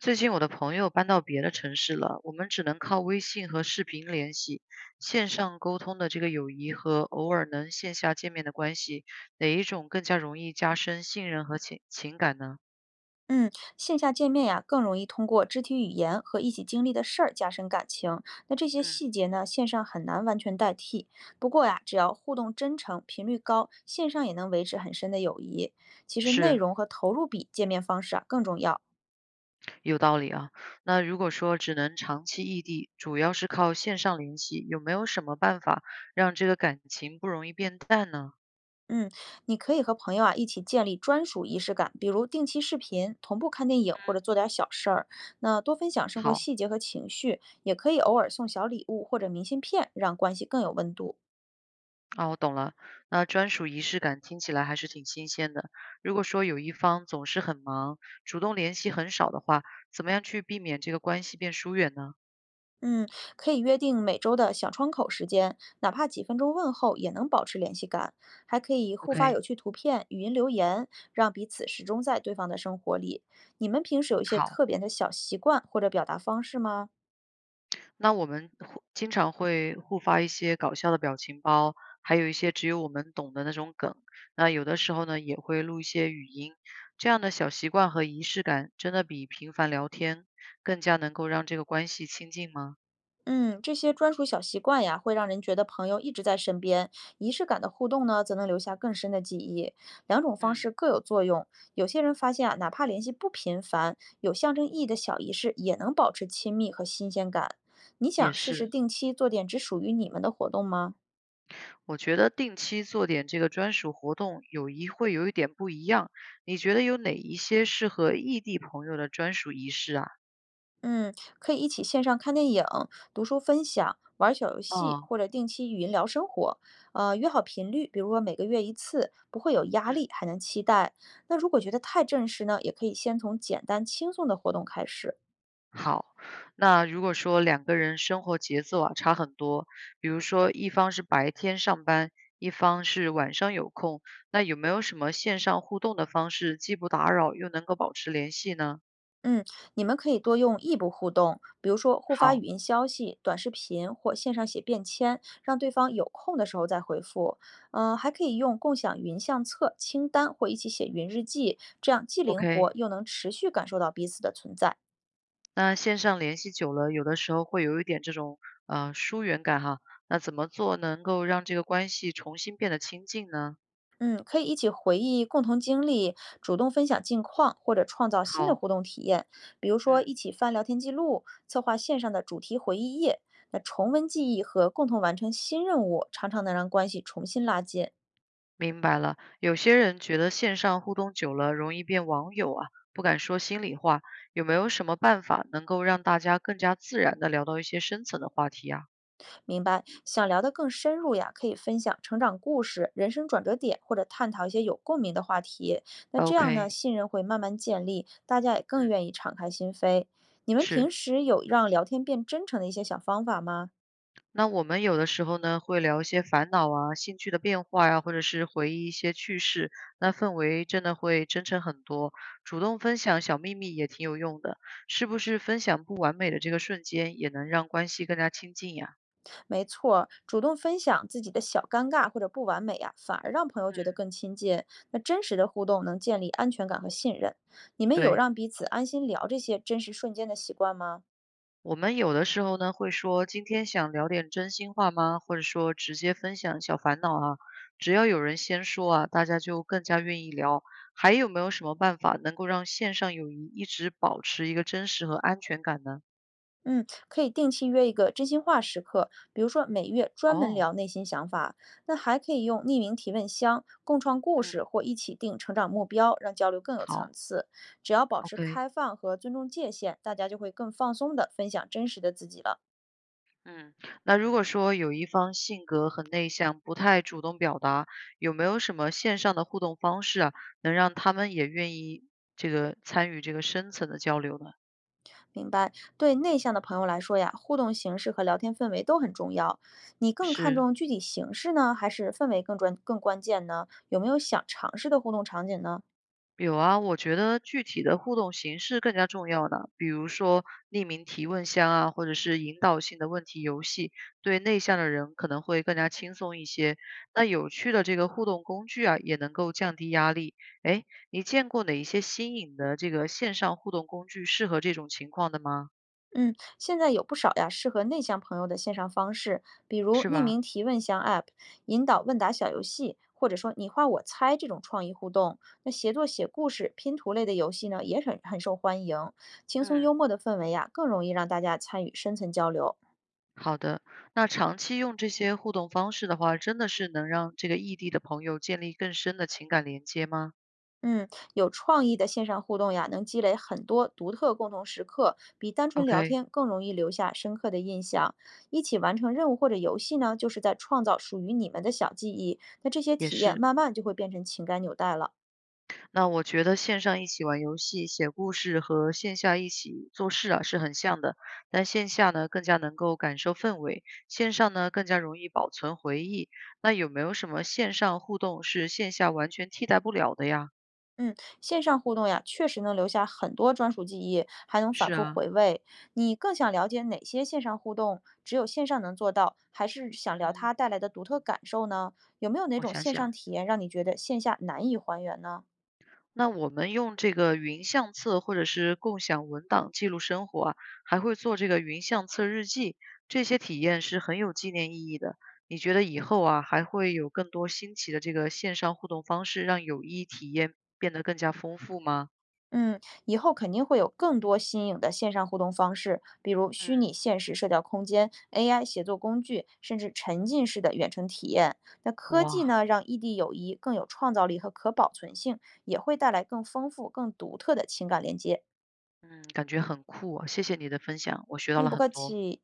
最近我的朋友搬到别的城市了，我们只能靠微信和视频联系，线上沟通的这个友谊和偶尔能线下见面的关系，哪一种更加容易加深信任和情感呢？嗯，线下见面呀，更容易通过肢体语言和一起经历的事儿加深感情。那这些嗯，细节呢，线上很难完全代替。不过呀，只要互动真诚、频率高，线上也能维持很深的友谊。其实内是容和投入比见面方式啊更重要。有道理啊。那如果说只能长期异地，主要是靠线上联系，有没有什么办法让这个感情不容易变淡呢？嗯，你可以和朋友啊一起建立专属仪式感，比如定期视频、同步看电影或者做点小事儿。那多分享生活好。细节和情绪，也可以偶尔送小礼物或者明信片，让关系更有温度。啊，我懂了。那专属仪式感听起来还是挺新鲜的。如果说有一方总是很忙，主动联系很少的话，怎么样去避免这个关系变疏远呢嗯，可以约定每周的小窗口时间，哪怕几分钟问候也能保持联系感。还可以互发有？OK，趣图片、语音留言，让彼此始终在对方的生活里。你们平时有一些好，特别的小习惯或者表达方式吗？那我们经常会互发一些搞笑的表情包，还有一些只有我们懂的那种梗。那有的时候呢，也会录一些语音。这样的小习惯和仪式感，真的比频繁聊天更加能够让这个关系亲近吗？嗯，这些专属小习惯呀，会让人觉得朋友一直在身边；仪式感的互动呢，则能留下更深的记忆。两种方嗯，式各有作用。有些人发现啊，哪怕联系不频繁，有象征意义的小仪式也能保持亲密和新鲜感。你也想试试是。定期做点只属于你们的活动吗？我觉得定期做点这个专属活动，友谊会有一点不一样。你觉得有哪一些适合异地朋友的专属仪式啊？嗯，可以一起线上看电影、读书分享、玩儿小游戏，哦，或者定期语音聊生活。约好频率，比如说每个月一次，不会有压嗯，力，还能期待。那如果觉得太正式呢，也可以先从简单轻松的活动开始。好。那如果说两个人生活节奏啊差很多，比如说一方是白天上班，一方是晚上有空，那有没有什么线上互动的方式，既不打扰又能够保持联系呢？嗯，你们可以多用异步互动，比如说互发语好音消息、短视频或线上写便签，让对方有空的时候再回复。嗯、还可以用共享云相册、清单或一起写云日记，这样既灵，OK。活又能持续感受到彼此的存在。那线上联系久了，有的时候会有一点这种疏远感哈。那怎么做能够让这个关系重新变得亲近呢？嗯，可以一起回忆共同经历，主动分享近况，或者创造新的好，互动体验，比如说嗯，一起翻聊天记录，策划线上的主题回忆夜。那重温记忆和共同完成新任务，常常能让关系重新拉近。明白了。有些人觉得线上互动久了容易变网友啊，不敢说心里话。有没有什么办法能够让大家更加自然的聊到一些深层的话题啊明白，想聊得更深入呀，可以分享成长故事、人生转折点，或者探讨一些有共鸣的话题。那这样呢，？OK，信任会慢慢建立，大家也更嗯，愿意敞开心扉。你们平是。时有让聊天变真诚的一些小方法吗？那我们有的时候呢，会聊一些烦恼啊、兴趣的变化呀、或者是回忆一些趣事，那氛围真的会真诚很多。主动分享小秘密也挺有用的，是不是？分享不完美的这个瞬间，也能让关系更加亲近呀？没错儿，主动分享自己的小尴尬或者不完美呀，反而让朋友嗯，觉得更亲近。那真实的互动能建立安全感和信任。你们有对。让彼此安心聊这些真实瞬间的习惯吗？我们有的时候呢，会说今天想聊点真心话吗？或者说直接分享小烦恼啊，只要有人先说啊，大家就更加愿意聊。还有没有什么办法能够让线上友谊一直保持一个真实和安全感呢？嗯，可以定期约一个真心话时刻，比如说每月专门哦，聊内心想法。那还可以用匿名提问箱、共创故事嗯，或一起定成长目标，让交流更有层好次。只要保持，OK，开放和尊重界限，大家就会更放松的分享真实的自己了。嗯，那如果说有一方性格很内向，不太主动表达，有没有什么线上的互动方式啊，能让他们也愿意这个参与这个深层的交流呢？明白，对内向的朋友来说呀，互动形式和聊天氛围都很重要。你更看是重具体形式呢，还是氛围更专更关键呢？有没有想尝试的互动场景呢？有啊，我觉得具体的互动形式更加重要呢，比如说匿名提问箱啊，或者是引导性的问题游戏，对内向的人可能会更加轻松一些。那有趣的这个互动工具啊，也能够降低压力。哎，你见过哪一些新颖的这个线上互动工具适合这种情况的吗？嗯，现在有不少呀适合内向朋友的线上方式，比如是匿吧？名提问箱 App、引导问答小游戏，或者说你画我猜这种创意互动。那协作写故事、拼图类的游戏呢，也很受欢迎。轻松幽嗯，默的氛围呀，更容易让大家参与深层交流。好的，那长期用这些互动方式的话，真的是能让这个异地的朋友建立更深的情感连接吗嗯，有创意的线上互动呀，能积累很多独特共同时刻，比单纯聊？OK，天更容易留下深刻的印象。一起完成任务或者游戏呢，就是在创造属于你们的小记忆。那这些也体验是。慢慢就会变成情感纽带了。那我觉得线上一起玩游戏、写故事和线下一起做事啊是很像的，但线下呢更加能够感受氛围，线上呢更加容易保存回忆。那有没有什么线上互动是线下完全替代不了的呀？嗯，线上互动呀，确实能留下很多专属记忆，还能反是复啊，回味。你更想了解哪些线上互动只有线上能做到，还是想聊嗯，它带来的独特感受呢？有没有哪我种想线想。上体验让你觉得线下难以还原呢？那我们用这个云相册或者是共享文档记录生活啊，还会做这个云相册日记，这些体验是很有纪念意义的。你觉得以后啊，还会有更多新奇的这个线上互动方式，让友谊体验变得更加丰富吗？嗯，以后肯定会有更多新颖的线上互动方式，比如虚嗯，拟现实社交空间、AI 协作工具，甚至沉浸式的远程体验。那科技哇，呢，让异地友谊更有创造力和可保存性，也会带来更丰富、更独特的情感连接。嗯，感觉很酷啊谢谢你的分享，我学到嗯，了不很客多。气。